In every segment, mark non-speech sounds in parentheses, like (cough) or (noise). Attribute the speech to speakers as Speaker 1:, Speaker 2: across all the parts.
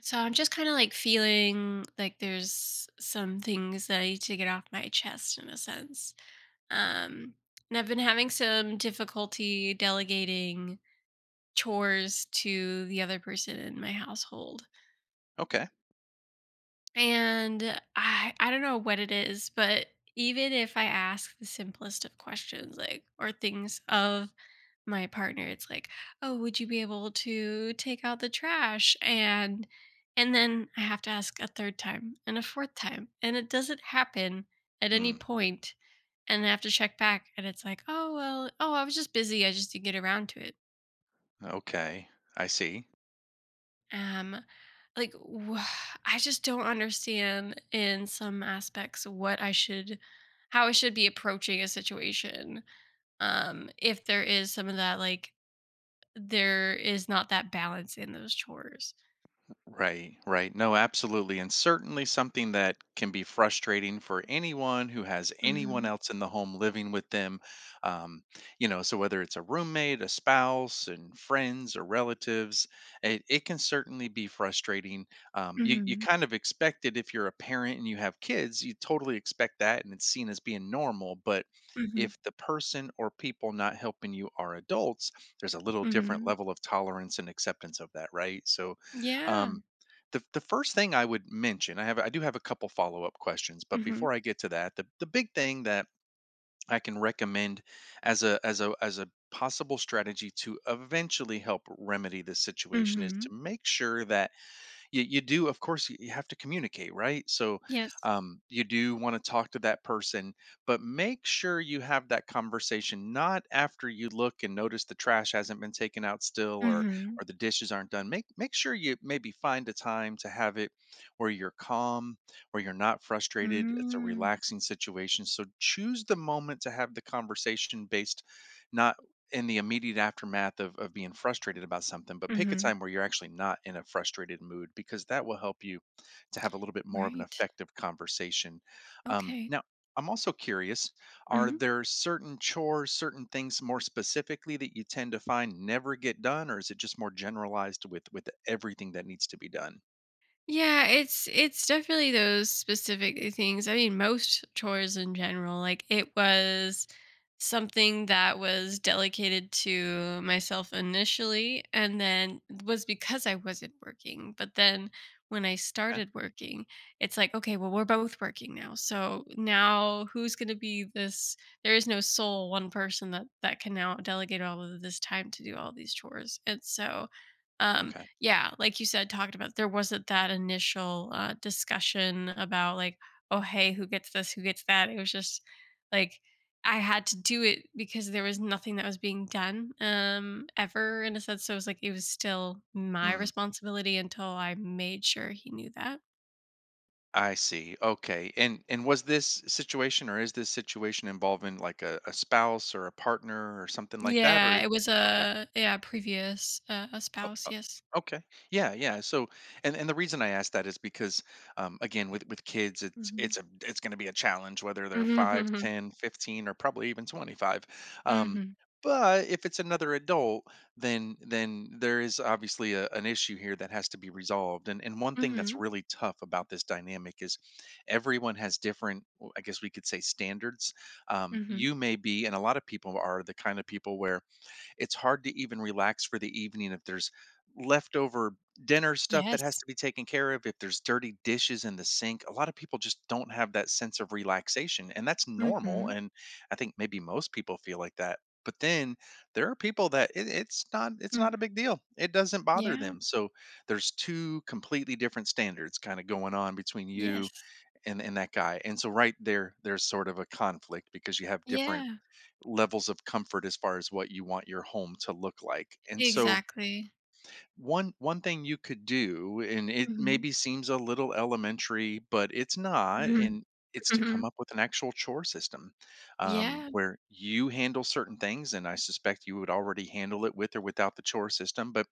Speaker 1: So I'm just kind of like feeling like there's some things that I need to get off my chest in a sense. Um, and I've been having some difficulty delegating chores to the other person in my household.
Speaker 2: Okay.
Speaker 1: And I don't know what it is, but even if I ask the simplest of questions, like, or things of my partner, it's like, oh, would you be able to take out the trash? And then I have to ask a third time and a fourth time, and it doesn't happen at any
Speaker 2: Mm,
Speaker 1: point. And I have to check back, and it's like, oh well, I was just busy, I just didn't get around to it.
Speaker 2: okay. I see.
Speaker 1: um I just don't understand in some aspects what I should, how I should be approaching a situation. If there is some of that, like, there is not that balance in those chores.
Speaker 2: Right, right. No, absolutely. And certainly something that can be frustrating for anyone who has anyone
Speaker 1: Mhm.
Speaker 2: else in the home living with them. Um, so whether it's a roommate, a spouse, and friends or relatives, it can certainly be frustrating. You
Speaker 1: Mhm.
Speaker 2: kind of expect it if you're a parent and you have kids, you totally expect that and it's seen as being normal. But
Speaker 1: Mhm.
Speaker 2: if the person or people not helping you are adults, there's a little different
Speaker 1: Mhm.
Speaker 2: level of tolerance and acceptance of that, right? So,
Speaker 1: Yeah.
Speaker 2: um, the first thing I would mention, I do have a couple follow up questions, but
Speaker 1: Mhm.
Speaker 2: before I get to that, the big thing that I can recommend as a possible strategy to eventually help remedy this situation is to
Speaker 1: Mhm.
Speaker 2: make sure that you do, of course, you have to communicate, right? So
Speaker 1: Yes.
Speaker 2: you do want to talk to that person, but make sure you have that conversation not after you look and notice the trash hasn't been taken out still, or
Speaker 1: Mhm.
Speaker 2: or the dishes aren't done. Make sure you maybe find a time to have it where you're calm, where you're not frustrated, it's a
Speaker 1: Mm.
Speaker 2: relaxing situation. So choose the moment to have the conversation based not in the immediate aftermath of being frustrated about something, but pick a
Speaker 1: Mhm.
Speaker 2: time where you're actually not in a frustrated mood, because that will help you to have a little bit more of an
Speaker 1: Right.
Speaker 2: effective conversation.
Speaker 1: Okay.
Speaker 2: Now, I'm also curious, are
Speaker 1: Mhm.
Speaker 2: there certain chores, certain things more specifically that you tend to find never get done, or is it just more generalized with everything that needs to be done?
Speaker 1: Yeah, it's definitely those specific things. I mean, most chores in general, like, it was something that was delegated to myself initially, and then was because I wasn't working. But then when I
Speaker 2: Okay.
Speaker 1: started working, it's like, okay, well, we're both working now. So now who's going to be this there is no sole one person that can now delegate all of this time to do all these chores. And so um
Speaker 2: okay.
Speaker 1: yeah, like you said, talked about, there wasn't that initial, discussion about like, "Oh, hey, who gets this? Who gets that?" It was just like, I had to do it because there was nothing that was being done, ever in a sense, so it was like it was still my responsibility until I made sure he knew that.
Speaker 2: I see. Okay. And was this situation, or is this situation, involving like a spouse or a partner or something like that?
Speaker 1: Yeah,
Speaker 2: Or
Speaker 1: it was
Speaker 2: okay.
Speaker 1: a yeah, previous, a
Speaker 2: Oh,
Speaker 1: spouse,
Speaker 2: oh,
Speaker 1: yes.
Speaker 2: okay. Yeah, yeah. So, and the reason I asked that is because, again, with kids, it's
Speaker 1: Mhm.
Speaker 2: it's a it's going to be a challenge whether they're
Speaker 1: Mhm,
Speaker 2: five,
Speaker 1: mhm,
Speaker 2: 10, 15, or probably even 25. Um,
Speaker 1: mhm,
Speaker 2: but if it's another adult, then there is obviously an issue here that has to be resolved. And one thing that's
Speaker 1: mhm,
Speaker 2: really tough about this dynamic is everyone has different, I guess we could say, standards.
Speaker 1: mhm.
Speaker 2: You
Speaker 1: (laughs)
Speaker 2: may be, and a lot of people are, the kind of people where it's hard to even relax for the evening if there's leftover dinner stuff that has
Speaker 1: Yes.
Speaker 2: to be taken care of, if there's dirty dishes in the sink. A lot of people just don't have that sense of relaxation, and that's normal.
Speaker 1: Mhm,
Speaker 2: And I think maybe most people feel like that. But then there are people that it's not
Speaker 1: mm.
Speaker 2: a big deal. It doesn't bother
Speaker 1: Yeah.
Speaker 2: them. So there's two completely different standards kind of going on between you
Speaker 1: Yes.
Speaker 2: and that guy. And so right there's sort of a conflict because you have different
Speaker 1: Yeah.
Speaker 2: levels of comfort as far as what you want your home to look like. And so
Speaker 1: Exactly.
Speaker 2: one thing you could do, and it
Speaker 1: Mhm.
Speaker 2: maybe seems a little elementary but it's not,
Speaker 1: Mhm.
Speaker 2: and it's to come
Speaker 1: Mhm.
Speaker 2: up with an actual chore system,
Speaker 1: Yeah.
Speaker 2: where you handle certain things, and I suspect you would already handle it with or without the chore system, but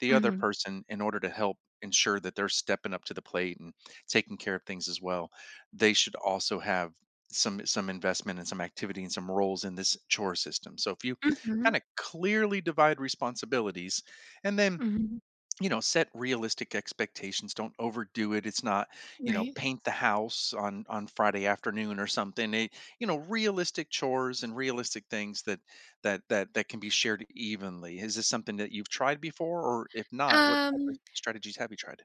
Speaker 2: the other
Speaker 1: Mhm.
Speaker 2: person, in order to help ensure that they're stepping up to the plate and taking care of things as well, they should also have some investment and some activity and some roles in this chore system. So if you
Speaker 1: Mhm.
Speaker 2: kind of clearly divide responsibilities, and then,
Speaker 1: Mhm.
Speaker 2: set realistic expectations, don't overdo it, it's not,
Speaker 1: Right.
Speaker 2: paint the house on Friday afternoon or something, it, you know realistic chores and realistic things that that can be shared evenly. Is this something that you've tried before, or if not, what type of
Speaker 1: Um
Speaker 2: strategies have you tried?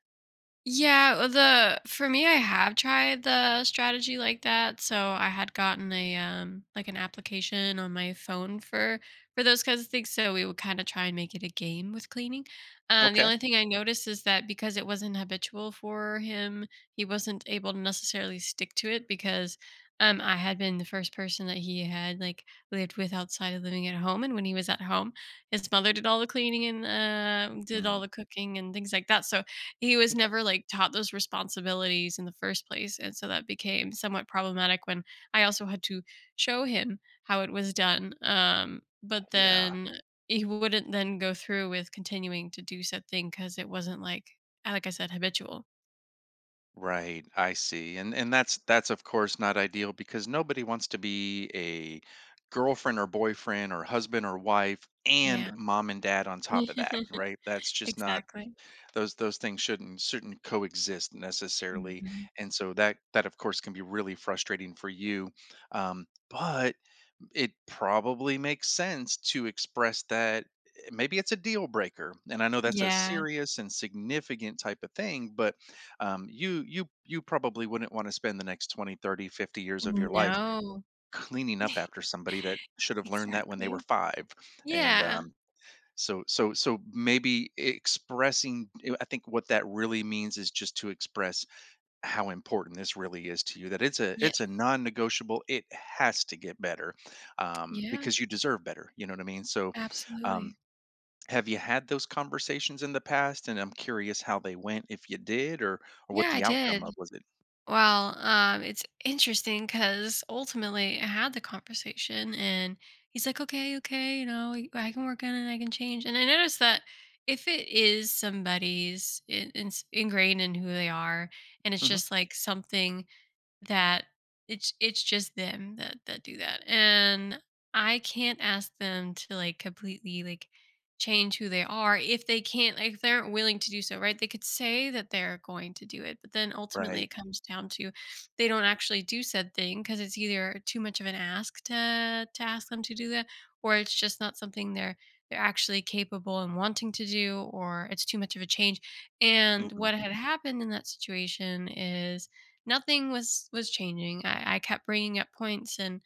Speaker 1: Yeah, well, the for me, I have tried the strategy like that. So I had gotten a like an application on my phone for those kinds of things. So we would kind of try and make it a game with cleaning. The
Speaker 2: Okay
Speaker 1: only thing I noticed is that because it wasn't habitual for him, he wasn't able to necessarily stick to it because I had been the first person that he had, like, lived with outside of living at home, and when he was at home, his mother did all the cleaning, and did all
Speaker 2: Mm,
Speaker 1: the cooking and things like that. So he was
Speaker 2: okay
Speaker 1: never, like, taught those responsibilities in the first place, and so that became somewhat problematic when I also had to show him how it was done, but
Speaker 2: yeah
Speaker 1: then he wouldn't then go through with continuing to do said thing because it wasn't, like, like I said, habitual.
Speaker 2: Right, I see. And that's of course not ideal, because nobody wants to be a girlfriend or boyfriend or husband or wife and
Speaker 1: Yeah.
Speaker 2: mom and dad on top of that,
Speaker 1: (laughs)
Speaker 2: right? That's just not,
Speaker 1: Exactly.
Speaker 2: those things shouldn't coexist necessarily.
Speaker 1: Mhm.
Speaker 2: And so that of course can be really frustrating for you. But it probably makes sense to express that, maybe it's a deal breaker, and I know that's a
Speaker 1: Yeah.
Speaker 2: serious and significant type of thing, but you probably wouldn't want to spend the next 20, 30, 50 years of your life
Speaker 1: No.
Speaker 2: cleaning up
Speaker 1: (laughs)
Speaker 2: after somebody that should have learned that when they were
Speaker 1: Exactly.
Speaker 2: five. And
Speaker 1: Yeah.
Speaker 2: so maybe expressing, I think what that really means is just to express how important this really is to you, that it's a,
Speaker 1: Yes.
Speaker 2: it's a non-negotiable, it has to get better,
Speaker 1: Yeah.
Speaker 2: because you deserve better, you know what I mean? So um,
Speaker 1: Absolutely.
Speaker 2: have you had those conversations in the past? And I'm curious how they went, if you did, or what
Speaker 1: Yeah, I
Speaker 2: the outcome
Speaker 1: did.
Speaker 2: of was it.
Speaker 1: Well, it's interesting because ultimately I had the conversation, and he's like, okay, okay, you know, I can work on it, I can change. And I noticed that if it is somebody's ingrained in who they are, and it's
Speaker 2: Hmm
Speaker 1: just like something that it's just them that do that, and I can't ask them to, like, completely, like, change who they are if they can't, like, if they aren't willing to do so, right? They could say that they're going to do it, but then ultimately
Speaker 2: right
Speaker 1: it comes down to they don't actually do said thing because it's either too much of an ask to ask them to do that, or it's just not something they're actually capable and wanting to do, or it's too much of a change, and
Speaker 2: hmm
Speaker 1: what had happened in that situation is nothing was changing. I kept bringing up points, and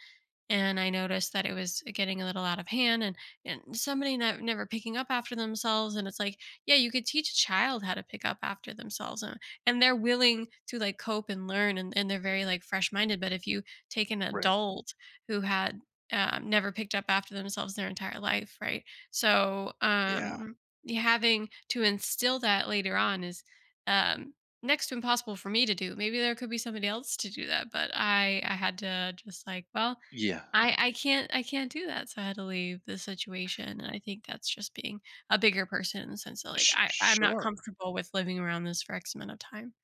Speaker 1: I noticed that it was getting a little out of hand, and somebody not, never picking up after themselves. And it's like, yeah, you could teach a child how to pick up after themselves, and they're willing to like cope and learn, and they're very like fresh minded. But if you take an
Speaker 2: right
Speaker 1: adult who had never picked up after themselves their entire life, right? So
Speaker 2: yeah
Speaker 1: having to instill that later on is um, next to impossible for me to do. Maybe there could be somebody else to do that, but I had to just like, well,
Speaker 2: yeah
Speaker 1: I can't, I can't do that, so I had to leave the situation, and I think that's just being a bigger person in the sense that, like, I I'm not
Speaker 2: Sure
Speaker 1: comfortable with living around this for X amount of time.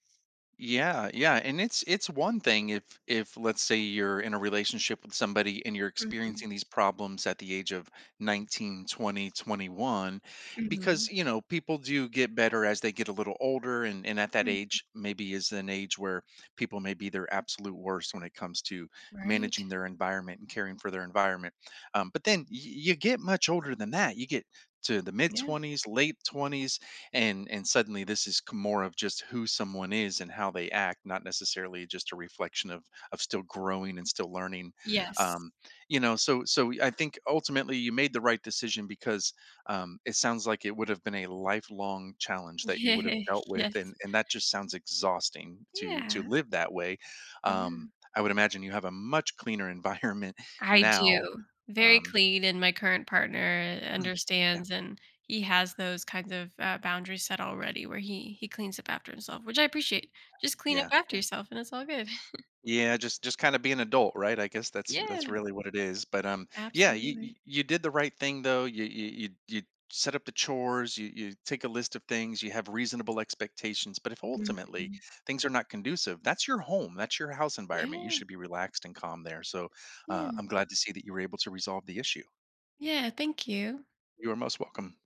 Speaker 2: Yeah, yeah, and it's one thing if, let's say you're in a relationship with somebody and you're
Speaker 1: Mhm.
Speaker 2: experiencing these problems at the age of 19, 20, 21, because,
Speaker 1: Mhm.
Speaker 2: people do get better as they get a little older, and at that
Speaker 1: Mm,
Speaker 2: age maybe is an age where people may be their absolute worst when it comes to
Speaker 1: right.
Speaker 2: managing their environment and caring for their environment. But then you get much older than that. You get to the mid
Speaker 1: Yeah.
Speaker 2: 20s, late 20s, and suddenly this is, more of just who someone is and how they act, not necessarily just a reflection of, still growing and still learning,
Speaker 1: Yes.
Speaker 2: um so I think ultimately you made the right decision, because it sounds like it would have been a lifelong challenge that you would have
Speaker 1: (laughs) Yeah,
Speaker 2: dealt with,
Speaker 1: yes.
Speaker 2: and that just sounds exhausting to
Speaker 1: Yeah.
Speaker 2: live that way. um
Speaker 1: Yeah.
Speaker 2: I would imagine you have a much cleaner (laughs) environment
Speaker 1: I
Speaker 2: now.
Speaker 1: do. Very
Speaker 2: um
Speaker 1: clean, and my current partner
Speaker 2: (clears throat) yeah
Speaker 1: understands, and he has those kinds of, boundaries set already where he cleans up after himself, which I appreciate. Just clean up
Speaker 2: yeah
Speaker 1: after yourself, and it's all good. (laughs)
Speaker 2: Yeah, just kind of be an adult, right? I guess that's
Speaker 1: Yeah,
Speaker 2: really what it is. But yeah, you you
Speaker 1: absolutely.
Speaker 2: you did the right thing though. You set up the chores. You take a list of things. You have reasonable expectations. But if ultimately
Speaker 1: Mhm.
Speaker 2: things are not conducive, that's your home. That's your house environment. You
Speaker 1: Yeah,
Speaker 2: should be relaxed and calm there. So
Speaker 1: yeah,
Speaker 2: I'm glad to see that you were able to resolve the issue.
Speaker 1: yeah. Thank you.
Speaker 2: You are most welcome.